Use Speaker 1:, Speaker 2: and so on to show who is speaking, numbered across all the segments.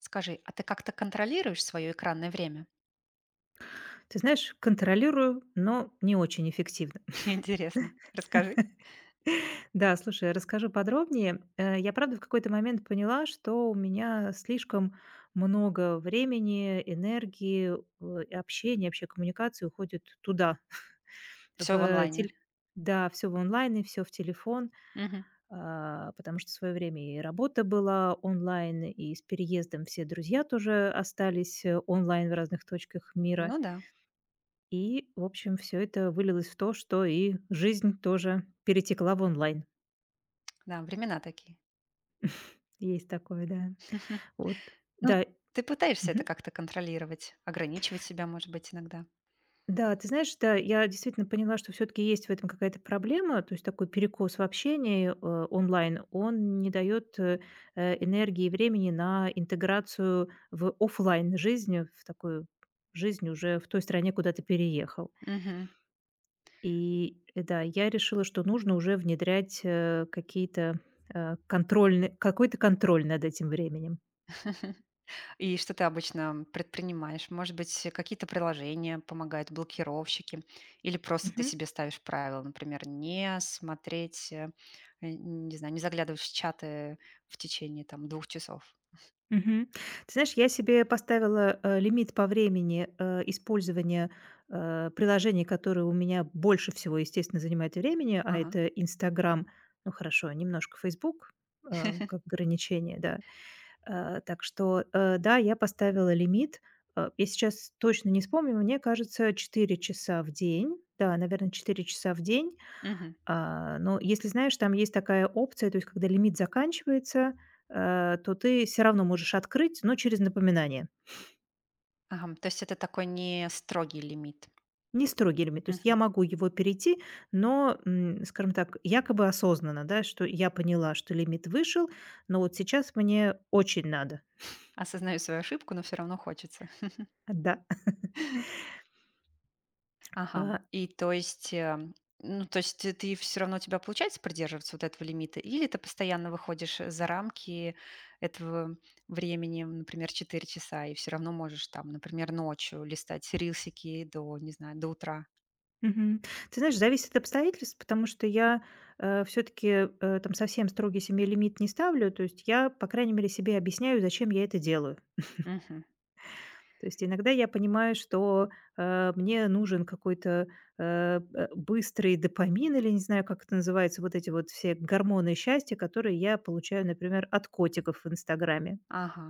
Speaker 1: Скажи, а ты как-то контролируешь свое экранное время?
Speaker 2: Ты знаешь, контролирую, но не очень эффективно.
Speaker 1: Интересно. Расскажи.
Speaker 2: Да, слушай, расскажу подробнее. Я, правда, в какой-то момент поняла, что у меня слишком много времени, энергии, и общения, вообще коммуникации уходит туда,
Speaker 1: Все в
Speaker 2: в
Speaker 1: онлайне.
Speaker 2: тель Да, все в онлайн и все в телефон,
Speaker 1: Мгм.
Speaker 2: потому что в свое время и работа была онлайн, и с переездом все друзья тоже остались, онлайн в разных точках мира.
Speaker 1: Ну да,
Speaker 2: И, в общем, все это вылилось в то, что и жизнь тоже перетекла в онлайн.
Speaker 1: да, времена такие.
Speaker 2: Есть такое, да. Вот.
Speaker 1: Ну,
Speaker 2: Да.
Speaker 1: ты пытаешься это
Speaker 2: Мгм.
Speaker 1: как-то контролировать, ограничивать себя, может быть, иногда.
Speaker 2: Да, ты знаешь, да, я действительно поняла, что все таки есть в этом какая-то проблема. То есть такой перекос в общении, онлайн, он не дает энергии и времени на интеграцию в оффлайн жизнь, в такую жизнь уже в той стране, куда ты переехал.
Speaker 1: Мгм.
Speaker 2: И, да, я решила, что нужно уже внедрять, какие-то, э, контрольны какой-то контроль над этим временем.
Speaker 1: И что ты обычно предпринимаешь? Может быть, какие-то приложения помогают, блокировщики? Или просто ты
Speaker 2: Мгм.
Speaker 1: себе ставишь правила, например, не смотреть, не знаю, не заглядывать в чаты в течение там двух часов?
Speaker 2: Мгм. Ты знаешь, я себе поставила, лимит по времени, использования, приложений, которые у меня больше всего, естественно, занимают времени, а
Speaker 1: Ага.
Speaker 2: это "Инстаграм", ну, хорошо, немножко "Фейсбук", как ограничение, да. Так что, да, я поставила лимит. Я сейчас точно не вспомню, мне кажется, 4 часа в день. Да, наверное, 4 часа в день.
Speaker 1: Мгм.
Speaker 2: Но если, знаешь, там есть такая опция, то есть когда лимит заканчивается, то ты все равно можешь открыть, но через напоминание.
Speaker 1: Ага, то есть это такой не строгий лимит.
Speaker 2: Не строгий лимит. То есть
Speaker 1: Мгм.
Speaker 2: я могу его перейти, но, скажем так, якобы осознанно, да, что я поняла, что лимит вышел, но вот сейчас мне очень надо.
Speaker 1: Осознаю свою ошибку, но все равно хочется.
Speaker 2: Да.
Speaker 1: Ага.
Speaker 2: А
Speaker 1: И то есть, ну, то есть ты все равно у тебя получается придерживаться вот этого лимита, или ты постоянно выходишь за рамки этого времени, например, 4 часа, и все равно можешь там, например, ночью листать рилсики до, не знаю, до утра.
Speaker 2: Мгм. Ты знаешь, зависит от обстоятельств, потому что я, все таки там совсем строгий себе лимит не ставлю. То есть я, по крайней мере, себе объясняю, зачем я это делаю.
Speaker 1: Мгм.
Speaker 2: То есть иногда я понимаю, что, мне нужен какой-то, быстрый допамин или не знаю, как это называется, вот эти вот все гормоны счастья, которые я получаю, например, от котиков в "Инстаграме".
Speaker 1: Ага.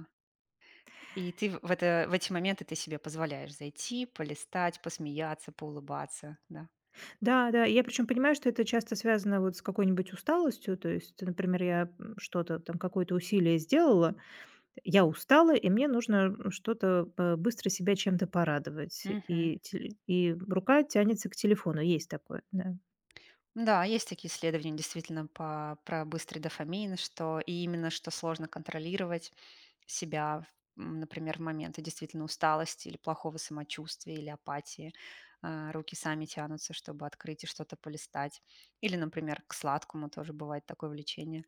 Speaker 1: И ты в это, в эти моменты ты себе позволяешь зайти, полистать, посмеяться, поулыбаться, да.
Speaker 2: Да-да, я причем понимаю, что это часто связано вот с какой-нибудь усталостью. То есть, например, я, что-то там, какое-то усилие сделала. Я устала, и мне нужно что-то, быстро себя чем-то порадовать.
Speaker 1: Мгм.
Speaker 2: И теле и рука тянется к телефону. Есть такое, да.
Speaker 1: Да, есть такие исследования действительно по, про быстрый дофамин, что и именно что сложно контролировать себя, м, например, в моменты действительно усталости или плохого самочувствия или апатии. А, руки сами тянутся, чтобы открыть и что-то полистать. Или, например, к сладкому тоже бывает такое влечение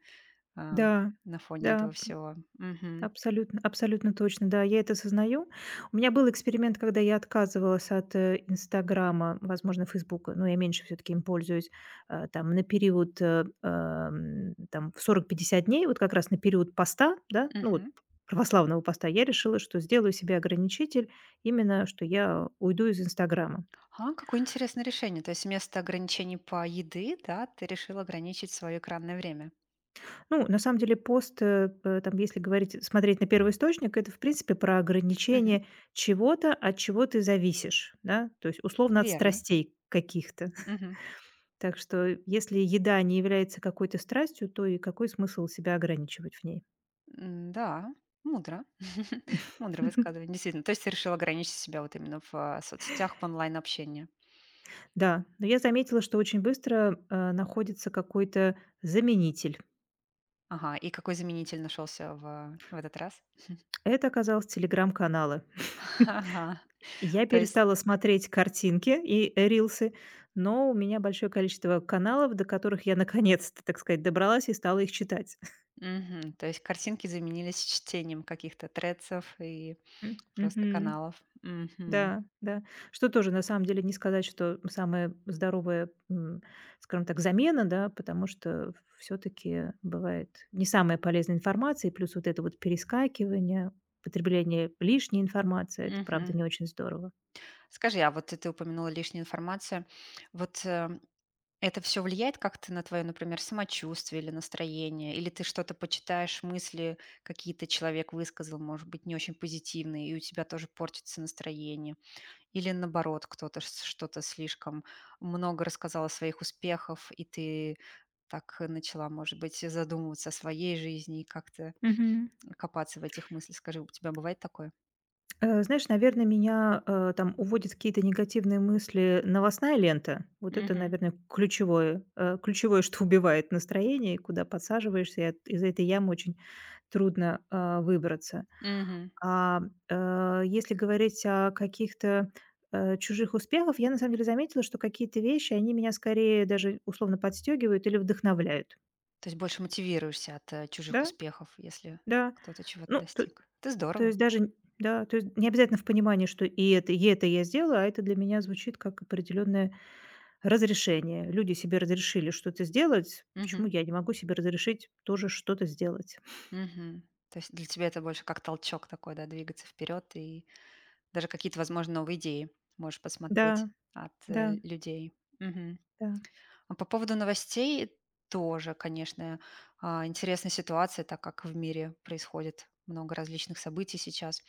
Speaker 1: а,
Speaker 2: Да,
Speaker 1: на фоне
Speaker 2: да.
Speaker 1: этого всего. Мгм.
Speaker 2: Абсолютно точно, да, я это сознаю. У меня был эксперимент, когда я отказывалась от, "Инстаграма", возможно, "Фейсбука", но я меньше все таки им пользуюсь, там на период, там в сорок-пятьдесят дней, вот как раз на период поста, да, ну вот
Speaker 1: Мгм.
Speaker 2: православного поста, я решила, что сделаю себе ограничитель именно, что я уйду из "Инстаграма".
Speaker 1: А, какое интересное решение. То есть вместо ограничений по еды, да, ты решил ограничить свое экранное время.
Speaker 2: Ну, на самом деле пост, э, п там, если говорить смотреть на первый источник, это, в принципе, про
Speaker 1: Мгм.
Speaker 2: ограничение чего-то, от чего ты зависишь, да, то есть, условно, от
Speaker 1: Верно.
Speaker 2: страстей каких-то.
Speaker 1: Мгм.
Speaker 2: Так что, если еда не является какой-то страстью, то и какой смысл себя ограничивать в ней?
Speaker 1: М, да, мудро. Мудрое высказывание, действительно. То есть ты решил ограничить себя вот именно в соцсетях, в онлайн-общении.
Speaker 2: Да, но я заметила, что очень быстро, находится какой-то заменитель.
Speaker 1: Ага, и какой заменитель нашелся в этот раз?
Speaker 2: Это оказалось телеграм-каналы.
Speaker 1: Ага,
Speaker 2: Я
Speaker 1: то есть,
Speaker 2: перестала смотреть картинки и рилсы, но у меня большое количество каналов, до которых я наконец-то, так сказать, добралась и стала их читать.
Speaker 1: мгм, то есть картинки заменились чтением каких-то трецов и
Speaker 2: М,
Speaker 1: просто
Speaker 2: мгм.
Speaker 1: каналов. Мгм.
Speaker 2: Да, да. Что тоже на самом деле не сказать, что самая здоровая, скажем так, замена, да, потому что все-таки бывает не самая полезная информация, и плюс вот это вот перескакивание, потребление лишней информации, это правда
Speaker 1: Мгм.
Speaker 2: не очень здорово.
Speaker 1: Скажи, а вот ты упомянула лишнюю информацию. Вот э, Это все влияет как-то на твое, например, самочувствие или настроение? Или ты что-то почитаешь, мысли какие-то человек высказал, может быть, не очень позитивные, и у тебя тоже портится настроение? Или наоборот, кто-то с что-то слишком много рассказал о своих успехах, и ты так начала, может быть, задумываться о своей жизни и как-то
Speaker 2: Мгм.
Speaker 1: копаться в этих мыслях? Скажи, у тебя бывает такое?
Speaker 2: Знаешь, наверное, меня, там уводят какие-то негативные мысли новостная лента. Вот это,
Speaker 1: Мгм.
Speaker 2: наверное, ключевое, что убивает настроение, и куда подсаживаешься, и от из этой ямы очень трудно, выбраться.
Speaker 1: Мгм.
Speaker 2: А, Если говорить о каких-то, чужих успехах, я на самом деле заметила, что какие-то вещи, они меня скорее даже условно подстегивают или вдохновляют.
Speaker 1: То есть больше мотивируешься от чужих
Speaker 2: Да,
Speaker 1: успехов, если
Speaker 2: да.
Speaker 1: кто-то чего-то
Speaker 2: Ну,
Speaker 1: достиг. Это
Speaker 2: то
Speaker 1: здорово.
Speaker 2: есть даже н да, то есть не обязательно в понимании, что и это я сделала, а это для меня звучит как определенное разрешение. Люди себе разрешили что-то сделать, почему
Speaker 1: Мгм.
Speaker 2: я не могу себе разрешить тоже что-то сделать?
Speaker 1: Мгм. То есть для тебя это больше как толчок такой, да, двигаться вперед и даже какие-то, возможно, новые идеи можешь
Speaker 2: Да,
Speaker 1: посмотреть от
Speaker 2: да,
Speaker 1: э, людей. Мгм.
Speaker 2: да.
Speaker 1: А по поводу новостей тоже, конечно, а, интересная ситуация, так как в мире происходит много различных событий сейчас.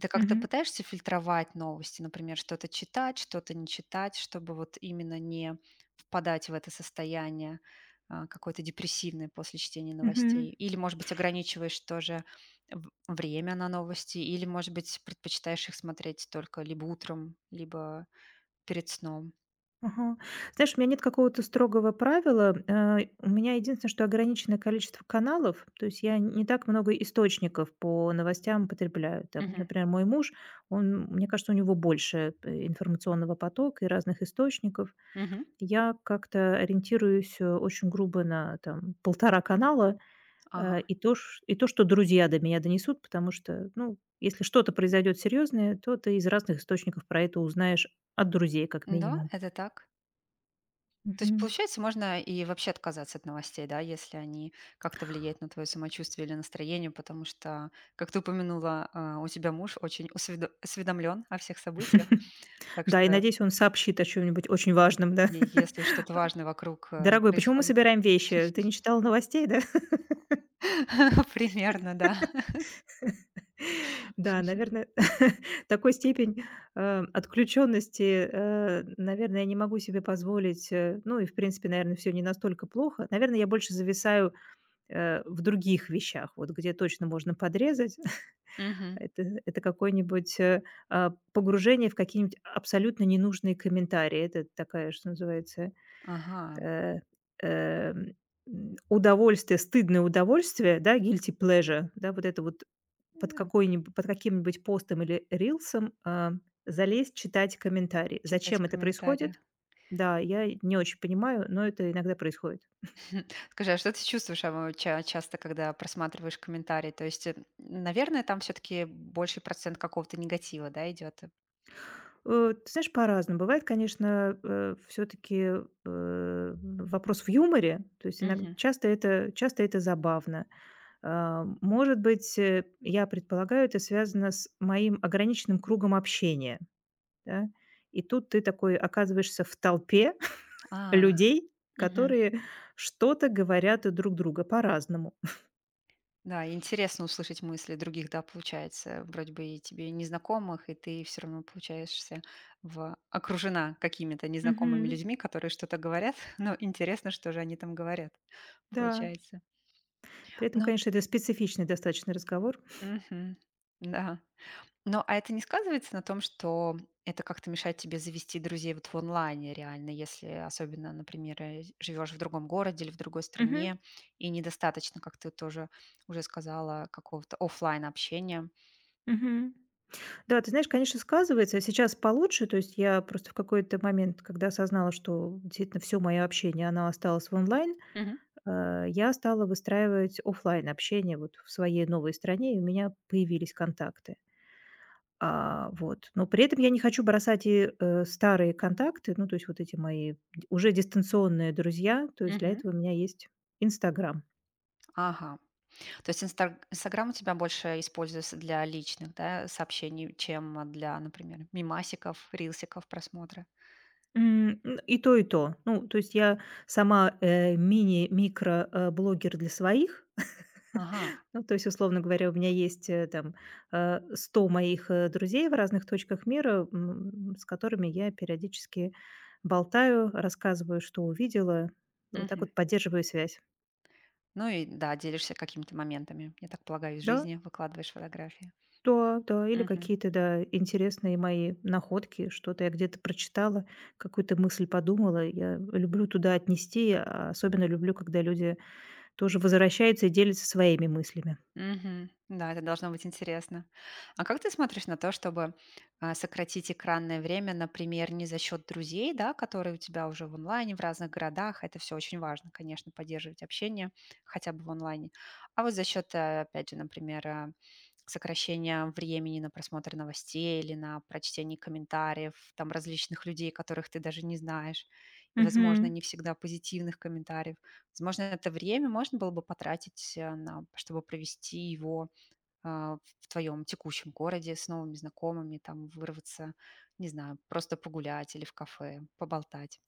Speaker 1: Ты как-то
Speaker 2: Мгм.
Speaker 1: пытаешься фильтровать новости, например, что-то читать, что-то не читать, чтобы вот именно не впадать в это состояние а, какое-то депрессивное после чтения
Speaker 2: Мгм.
Speaker 1: новостей? Или, может быть, ограничиваешь тоже время на новости, или, может быть, предпочитаешь их смотреть только либо утром, либо перед сном?
Speaker 2: Ага. Знаешь, у меня нет какого-то строгого правила. У меня единственное, что ограниченное количество каналов, то есть я не так много источников по новостям потребляю. Там,
Speaker 1: Мгм.
Speaker 2: например, мой муж, он, мне кажется, у него больше информационного потока и разных источников.
Speaker 1: Мгм.
Speaker 2: Я как-то ориентируюсь очень грубо на там полтора канала
Speaker 1: Ага.
Speaker 2: э, и то, ш- и то, что друзья до меня донесут, потому что, ну, если что-то произойдет серьезное, то ты из разных источников про это узнаешь от друзей, как
Speaker 1: Да,
Speaker 2: минимум.
Speaker 1: это так. То есть,
Speaker 2: Мгм.
Speaker 1: получается, можно и вообще отказаться от новостей, да, если они как-то влияют на твое самочувствие или настроение, потому что, как ты упомянула, а, у тебя муж очень осведомлен о всех событиях, так
Speaker 2: Да, и
Speaker 1: что
Speaker 2: надеюсь, он сообщит о чем нибудь очень важном, да.
Speaker 1: и если что-то важное вокруг
Speaker 2: Дорогой, почему мы
Speaker 1: происходит,
Speaker 2: собираем вещи? Ты не читал новостей, да?
Speaker 1: примерно, да.
Speaker 2: Да, наверное, такой степень, отключённости, наверное, я не могу себе позволить. Ну и, в принципе, наверное, всё не настолько плохо. Наверное, я больше зависаю, в других вещах, вот где точно можно подрезать.
Speaker 1: Мгм.
Speaker 2: Это какое-нибудь, погружение в какие-нибудь абсолютно ненужные комментарии. Это такая, что называется
Speaker 1: Ага.
Speaker 2: э, эм, удовольствие, стыдное удовольствие, да, guilty pleasure, да, вот это вот
Speaker 1: М,
Speaker 2: под каким-нибудь постом или рилсом залезть, читать комментарии.
Speaker 1: читать
Speaker 2: Зачем это
Speaker 1: комментарии.
Speaker 2: происходит? Да, я не очень понимаю, но это иногда происходит.
Speaker 1: Скажи, а что ты чувствуешь а, вот часто, когда просматриваешь комментарии? То есть, э, наверное, там все-таки больший процент какого-то негатива, да, идет. Э,
Speaker 2: Ты знаешь, по-разному. Бывает, конечно, все-таки вопрос в юморе. То есть иногда,
Speaker 1: Мгм.
Speaker 2: часто, часто это забавно. Может быть, я предполагаю, это связано с моим ограниченным кругом общения, да. И тут ты такой оказываешься в толпе
Speaker 1: А,
Speaker 2: людей,
Speaker 1: мгм.
Speaker 2: которые что-то говорят друг друга по-разному.
Speaker 1: Да, интересно услышать мысли других, да, получается. Вроде бы и тебе незнакомых, и ты все равно получаешься в... окружена какими-то незнакомыми
Speaker 2: Мгм.
Speaker 1: людьми, которые что-то говорят, но интересно, что же они там говорят,
Speaker 2: Да.
Speaker 1: получается.
Speaker 2: При этом,
Speaker 1: Ну,
Speaker 2: конечно, это специфичный достаточно разговор.
Speaker 1: мгм. Да. Но а это не сказывается на том, что это как-то мешает тебе завести друзей вот в онлайне реально, если особенно, например, э, живешь в другом городе или в другой
Speaker 2: Мгм.
Speaker 1: стране, и недостаточно, как ты тоже уже сказала, какого-то оффлайн общения.
Speaker 2: Мгм. Да, ты знаешь, конечно, сказывается. Сейчас получше. То есть я просто в какой-то момент, когда осознала, что действительно все мое общение, оно осталось в онлайн.
Speaker 1: Мгм.
Speaker 2: Я стала выстраивать оффлайн общение вот в своей новой стране, и у меня появились контакты. Вот. Но при этом я не хочу бросать и, старые контакты, ну, то есть вот эти мои д уже дистанционные друзья. То есть для
Speaker 1: Мгм.
Speaker 2: этого у меня есть "Инстаграм".
Speaker 1: Ага. То есть Инстаграм у тебя больше используется для личных, да, сообщений, чем для, например, мимасиков, рилсиков просмотра.
Speaker 2: М, н И то, и то. Ну, то есть я сама, мини-микро, блогер для своих.
Speaker 1: Ага.
Speaker 2: Ну, то есть, условно говоря, у меня есть там 100 моих друзей в разных точках мира, с которыми я периодически болтаю, рассказываю, что увидела, вот так
Speaker 1: Мгм.
Speaker 2: вот поддерживаю связь.
Speaker 1: Ну и да, делишься какими-то моментами, я так полагаю, из
Speaker 2: Да,
Speaker 1: жизни, выкладываешь фотографии.
Speaker 2: да, да, или
Speaker 1: Мгм.
Speaker 2: какие-то, да, интересные мои находки, что-то я где-то прочитала, какую-то мысль подумала. Я люблю туда отнести, а особенно люблю, когда люди тоже возвращаются и делятся своими мыслями.
Speaker 1: Мгм. Да, это должно быть интересно. А как ты смотришь на то, чтобы а, сократить экранное время, например, не за счет друзей, да, которые у тебя уже в онлайне, в разных городах, это все очень важно, конечно, поддерживать общение хотя бы в онлайне, а вот за счет опять же, например, э, сокращения времени на просмотр новостей или на прочтение комментариев, там различных людей, которых ты даже не знаешь, и, возможно, не всегда позитивных комментариев, возможно, это время можно было бы потратить, э, на чтобы провести его, а, в твоем текущем городе с новыми знакомыми, там вырваться, не знаю, просто погулять или в кафе, поболтать.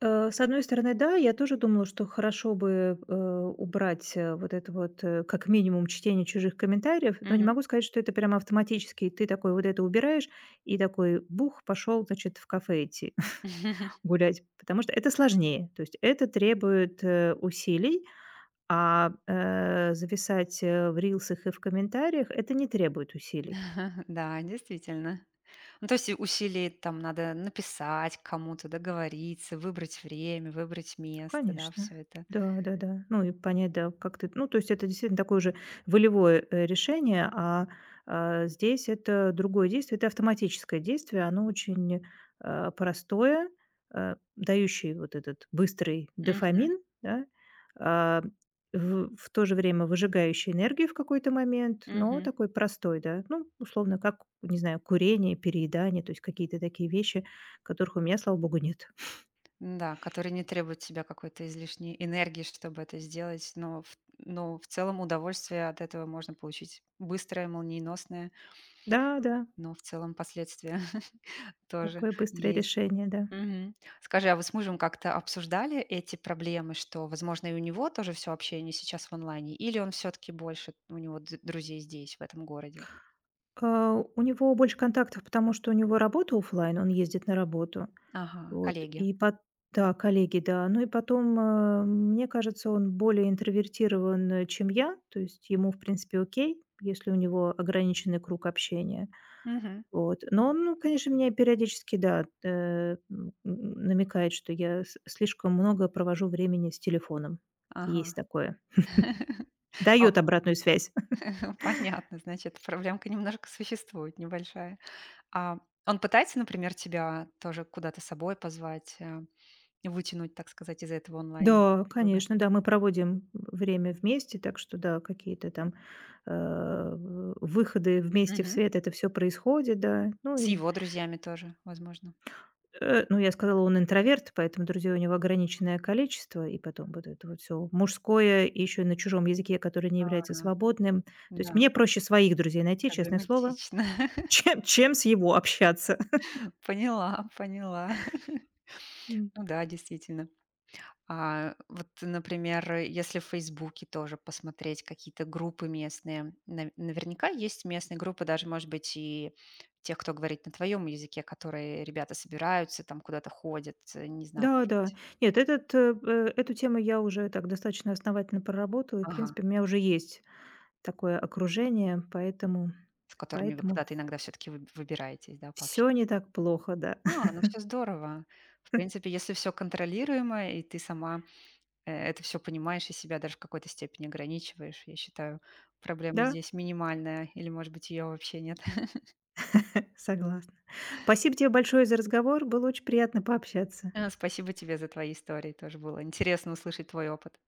Speaker 2: С одной стороны, да, я тоже думала, что хорошо бы, убрать, вот это вот, как минимум чтение чужих комментариев, но не
Speaker 1: Мгм.
Speaker 2: могу сказать, что это прямо автоматически. Ты такой вот это убираешь и такой бух, пошел, значит, в кафе идти гулять, потому что это сложнее. То есть это требует, усилий, зависать, в рилсах и в комментариях- это не требует усилий.
Speaker 1: Да, действительно. Ну, то есть и усилий там надо написать кому-то, договориться, выбрать время, выбрать место, да,
Speaker 2: Конечно.
Speaker 1: все это.
Speaker 2: Да, да-да. Ну и понять, да, как ты ну, то есть это действительно такое же волевое, решение, здесь это другое действие. Это автоматическое действие. Оно очень, простое, дающее вот этот быстрый
Speaker 1: Мгм.
Speaker 2: дофамин, да, а, в то же время выжигающий энергию в какой-то момент, но
Speaker 1: Мгм.
Speaker 2: такой простой, да. Ну, условно, как, не знаю, курение, переедание, то есть какие-то такие вещи, которых у меня, слава богу, нет.
Speaker 1: Да, который не требует себя какой-то излишней энергии, чтобы это сделать, но в целом удовольствие от этого можно получить быстрое, молниеносное,
Speaker 2: Да, да.
Speaker 1: но в целом последствия тоже
Speaker 2: Такое быстрое
Speaker 1: есть.
Speaker 2: решение, да.
Speaker 1: Мгм. Скажи, а вы с мужем как-то обсуждали эти проблемы, что, возможно, и у него тоже все общение сейчас в онлайне, или он все таки больше у него д друзей здесь, в этом городе?
Speaker 2: У него больше контактов, потому что у него работа оффлайн, он ездит на работу.
Speaker 1: Ага,
Speaker 2: Вот,
Speaker 1: коллеги.
Speaker 2: и пот да, коллеги, да. Ну и потом, мне кажется, он более интровертирован, чем я. То есть ему, в принципе, окей, если у него ограниченный круг общения.
Speaker 1: Мгм.
Speaker 2: Вот. Но он, ну, конечно, мне периодически, да, намекает, что я с слишком много провожу времени с телефоном.
Speaker 1: Ага.
Speaker 2: Есть такое.
Speaker 1: О,
Speaker 2: Дает обратную связь.
Speaker 1: понятно, значит, проблемка немножко существует, небольшая. А он пытается, например, тебя тоже куда-то с собой позвать, э, вытянуть, так сказать, из этого
Speaker 2: Да,
Speaker 1: онлайн-круга?
Speaker 2: конечно, да, мы проводим время вместе, так что да, какие-то там, в выходы вместе в
Speaker 1: Мгм.
Speaker 2: свет, это все происходит, да. Ну
Speaker 1: С
Speaker 2: и,
Speaker 1: его друзьями тоже, возможно.
Speaker 2: ну, я сказала, он интроверт, поэтому друзей у него ограниченное количество, и потом вот это вот все мужское, и еще на чужом языке, который не является
Speaker 1: А,
Speaker 2: свободным. То есть
Speaker 1: да,
Speaker 2: мне проще своих друзей найти, честное слово,
Speaker 1: проблематично.
Speaker 2: чем с его общаться.
Speaker 1: Поняла, поняла.
Speaker 2: М.
Speaker 1: Ну да, действительно. А вот, например, если в "Фейсбуке" тоже посмотреть какие-то группы местные, наверняка есть местные группы, даже, может быть, и тех, кто говорит на твоем языке, которые ребята собираются, там куда-то ходят, э, не знаю, может
Speaker 2: Да-да.
Speaker 1: быть.
Speaker 2: Нет, этот, эту тему я уже так достаточно основательно проработала, и, в
Speaker 1: Ага.
Speaker 2: принципе, у меня уже есть такое окружение, поэтому
Speaker 1: С которыми вы
Speaker 2: поэтому
Speaker 1: куда-то иногда все таки выбираетесь, да,
Speaker 2: все
Speaker 1: пообща
Speaker 2: не так плохо, да.
Speaker 1: А, ну все здорово. В принципе, если все контролируемо, и ты сама, э, это все понимаешь и себя даже в какой-то степени ограничиваешь, я считаю, проблема
Speaker 2: Да,
Speaker 1: здесь минимальная или, может быть, ее вообще нет.
Speaker 2: согласна. Спасибо тебе большое за разговор. Было очень приятно пообщаться.
Speaker 1: Спасибо тебе за твои истории. Тоже было интересно услышать твой опыт.